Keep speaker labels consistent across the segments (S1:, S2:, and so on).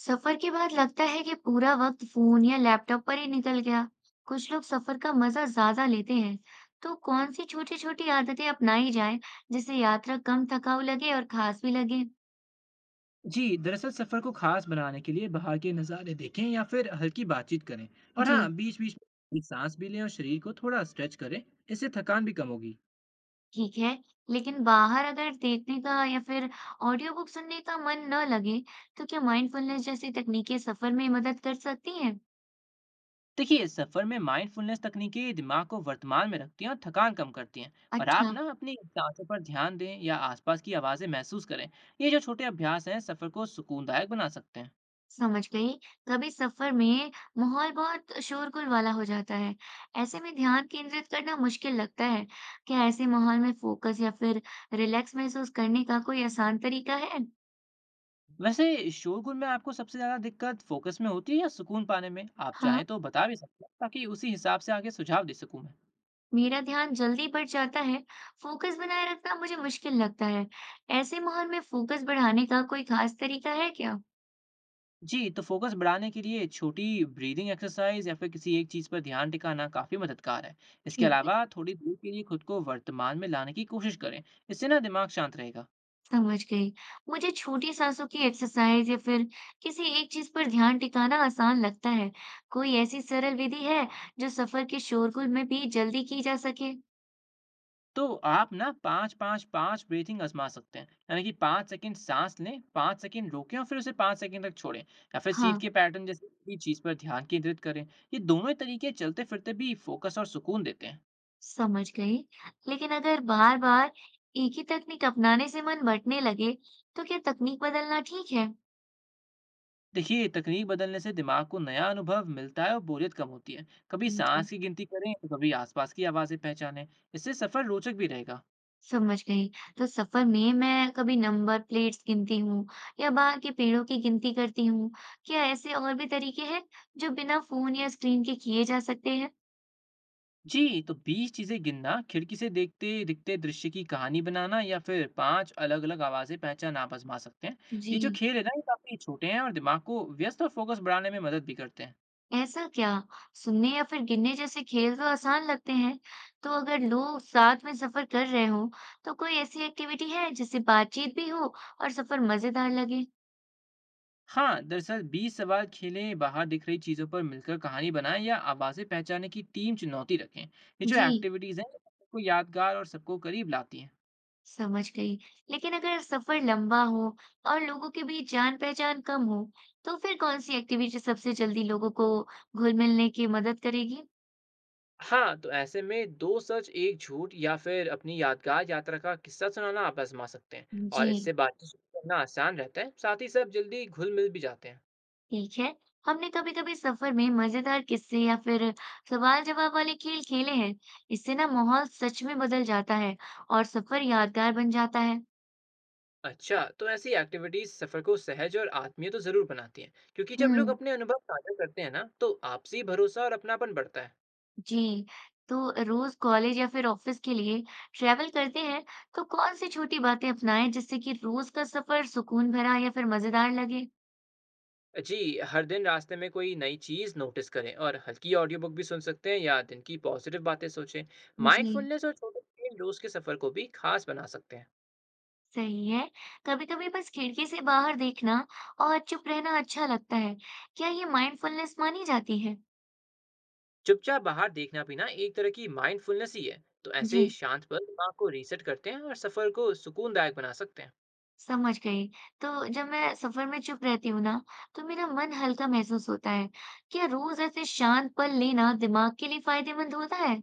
S1: सफर के बाद लगता है कि पूरा वक्त फोन या लैपटॉप पर ही निकल गया। कुछ लोग सफर का मजा ज्यादा लेते हैं। तो कौन सी छोटी छोटी आदतें अपनाई जाएं जिससे यात्रा कम थकाऊ लगे और खास भी लगे?
S2: जी दरअसल सफर को खास बनाने के लिए बाहर के नज़ारे देखें या फिर हल्की बातचीत करें। और
S1: जी,
S2: हाँ, बीच बीच में सांस भी लें और शरीर को थोड़ा स्ट्रेच करें। इससे थकान भी कम होगी।
S1: ठीक है। लेकिन बाहर अगर देखने का या फिर ऑडियो बुक सुनने का मन न लगे, तो क्या माइंडफुलनेस जैसी तकनीकें सफर में मदद कर सकती हैं?
S2: देखिए, सफर में माइंडफुलनेस तकनीकें दिमाग को वर्तमान में रखती हैं और थकान कम करती हैं। और आप
S1: अच्छा।
S2: ना अपनी सांसों पर ध्यान दें या आसपास की आवाज़ें महसूस करें। ये जो छोटे अभ्यास हैं, सफर को सुकूनदायक बना सकते हैं।
S1: समझ गई। कभी सफर में माहौल बहुत शोरगुल वाला हो जाता है। ऐसे में ध्यान केंद्रित करना मुश्किल लगता है। क्या ऐसे माहौल में फोकस या फिर रिलैक्स महसूस करने का कोई आसान तरीका है?
S2: वैसे, शोरगुल में आपको सबसे ज़्यादा दिक्कत फोकस में होती है या सुकून पाने में? आप
S1: हाँ,
S2: चाहें तो बता भी सकते हैं, ताकि उसी हिसाब से आगे सुझाव दे सकूँ मैं।
S1: मेरा ध्यान जल्दी बढ़ जाता है। फोकस बनाए रखना मुझे मुश्किल लगता है। ऐसे माहौल में फोकस बढ़ाने का कोई खास तरीका है क्या?
S2: जी, तो फोकस बढ़ाने के लिए छोटी ब्रीदिंग एक्सरसाइज या फिर किसी एक चीज पर ध्यान टिकाना काफी मददगार है। इसके
S1: ठीक है।
S2: अलावा थोड़ी देर के लिए खुद को वर्तमान में लाने की कोशिश करें। इससे ना दिमाग शांत रहेगा।
S1: समझ गई। मुझे छोटी सांसों की एक्सरसाइज या फिर किसी एक चीज पर ध्यान टिकाना आसान लगता है। कोई ऐसी सरल विधि है जो सफर के शोरगुल में भी जल्दी की जा सके?
S2: तो आप ना 5 5 5 ब्रीथिंग आजमा सकते हैं, यानी कि 5 सेकंड सांस लें, 5 सेकंड रोकें और फिर उसे 5 सेकंड तक छोड़ें, या फिर सीट
S1: हाँ,
S2: के पैटर्न जैसे किसी चीज पर ध्यान केंद्रित करें। ये दोनों तरीके चलते फिरते भी फोकस और सुकून देते हैं।
S1: समझ गई। लेकिन अगर बार-बार एक ही तकनीक अपनाने से मन बंटने लगे, तो क्या तकनीक बदलना ठीक है?
S2: देखिए, तकनीक बदलने से दिमाग को नया अनुभव मिलता है और बोरियत कम होती है। कभी सांस की गिनती करें तो कभी आसपास की आवाजें पहचानें। इससे सफर रोचक भी रहेगा।
S1: समझ गई। तो सफ़र में मैं कभी नंबर प्लेट्स गिनती हूँ या बाहर के पेड़ों की गिनती करती हूँ। क्या ऐसे और भी तरीके हैं जो बिना फ़ोन या स्क्रीन के किए जा सकते हैं?
S2: जी, तो 20 चीजें गिनना, खिड़की से देखते दिखते दृश्य की कहानी बनाना, या फिर 5 अलग अलग आवाजें पहचान आप आजमा सकते हैं।
S1: जी।
S2: ये जो खेल है ना, ये काफी छोटे हैं और दिमाग को व्यस्त और फोकस बढ़ाने में मदद भी करते हैं।
S1: ऐसा क्या? सुनने या फिर गिनने जैसे खेल तो आसान लगते हैं। तो अगर लोग साथ में सफ़र कर रहे हों, तो कोई ऐसी एक्टिविटी है जिससे बातचीत भी हो और सफ़र मज़ेदार लगे?
S2: हाँ, दरअसल 20 सवाल खेलें, बाहर दिख रही चीज़ों पर मिलकर कहानी बनाएं या आवाज़ें पहचानने की टीम चुनौती रखें। ये जो
S1: जी,
S2: एक्टिविटीज़ हैं, ये सबको यादगार और सबको करीब लाती हैं।
S1: समझ गई। लेकिन अगर सफर लंबा हो और लोगों के बीच जान पहचान कम हो, तो फिर कौन सी एक्टिविटी सबसे जल्दी लोगों को घुल-मिलने की मदद करेगी?
S2: हाँ, तो ऐसे में दो सच एक झूठ या फिर अपनी यादगार यात्रा का किस्सा सुनाना आप आजमा सकते हैं।
S1: जी,
S2: और इससे बातचीत शुरू करना आसान रहता है, साथ ही सब जल्दी घुल मिल भी जाते हैं।
S1: ठीक है। हमने कभी-कभी सफर में मजेदार किस्से या फिर सवाल-जवाब वाले खेल खेले हैं। इससे ना माहौल सच में बदल जाता है और सफर यादगार बन जाता है।
S2: अच्छा, तो ऐसी एक्टिविटीज सफर को सहज और आत्मीय तो जरूर बनाती हैं, क्योंकि जब लोग
S1: हम्म।
S2: अपने अनुभव साझा करते हैं ना, तो आपसी भरोसा और अपनापन बढ़ता है।
S1: जी, तो रोज कॉलेज या फिर ऑफिस के लिए ट्रैवल करते हैं तो कौन सी छोटी बातें अपनाएं जिससे कि रोज का सफर सुकून भरा या फिर मजेदार लगे?
S2: जी, हर दिन रास्ते में कोई नई चीज़ नोटिस करें और हल्की ऑडियो बुक भी सुन सकते हैं, या दिन की पॉजिटिव बातें सोचें।
S1: जी,
S2: माइंडफुलनेस और छोटे खेल रोज़ के सफ़र को भी खास बना सकते हैं।
S1: सही है। कभी-कभी बस खिड़की से बाहर देखना और चुप रहना अच्छा लगता है। क्या ये माइंडफुलनेस मानी जाती है?
S2: चुपचाप बाहर देखना भी ना एक तरह की माइंडफुलनेस ही है। तो ऐसे
S1: जी,
S2: शांत पल दिमाग को रीसेट करते हैं और सफ़र को सुकूनदायक बना सकते हैं।
S1: समझ गई। तो जब मैं सफर में चुप रहती हूँ ना, तो मेरा मन हल्का महसूस होता है। क्या रोज ऐसे शांत पल लेना दिमाग के लिए फायदेमंद होता है?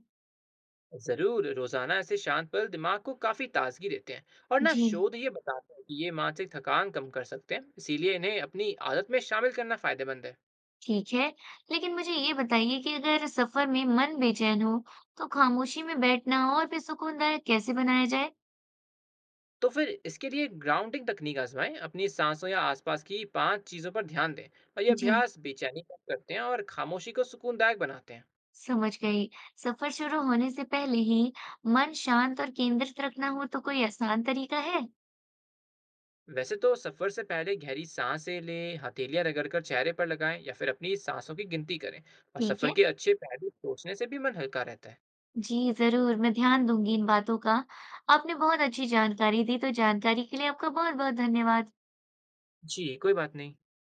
S2: ज़रूर, रोज़ाना ऐसे शांत पल दिमाग को काफ़ी ताज़गी देते हैं। और ना,
S1: जी,
S2: शोध ये बताते हैं कि ये मानसिक थकान कम कर सकते हैं। इसीलिए इन्हें अपनी आदत में शामिल करना फ़ायदेमंद है।
S1: ठीक है, लेकिन मुझे ये बताइए कि अगर सफर में मन बेचैन हो, तो खामोशी में बैठना और भी सुकूनदायक कैसे बनाया जाए?
S2: तो फिर इसके लिए ग्राउंडिंग तकनीक आजमाएं, अपनी सांसों या आसपास की 5 चीजों पर ध्यान दें। और ये
S1: जी,
S2: अभ्यास बेचैनी कम करते हैं और खामोशी को सुकूनदायक बनाते हैं।
S1: समझ गई। सफर शुरू होने से पहले ही मन शांत और केंद्रित रखना हो तो कोई आसान तरीका है?
S2: वैसे तो सफर से पहले गहरी सांसें लें, हथेलियां रगड़कर चेहरे पर लगाएं, या फिर अपनी सांसों की गिनती करें। और
S1: ठीक
S2: सफर
S1: है।
S2: के अच्छे पहलू सोचने से भी मन हल्का रहता है।
S1: जी, ज़रूर, मैं ध्यान दूंगी इन बातों का। आपने बहुत अच्छी जानकारी दी, तो जानकारी के लिए आपका बहुत-बहुत धन्यवाद।
S2: जी, कोई बात नहीं।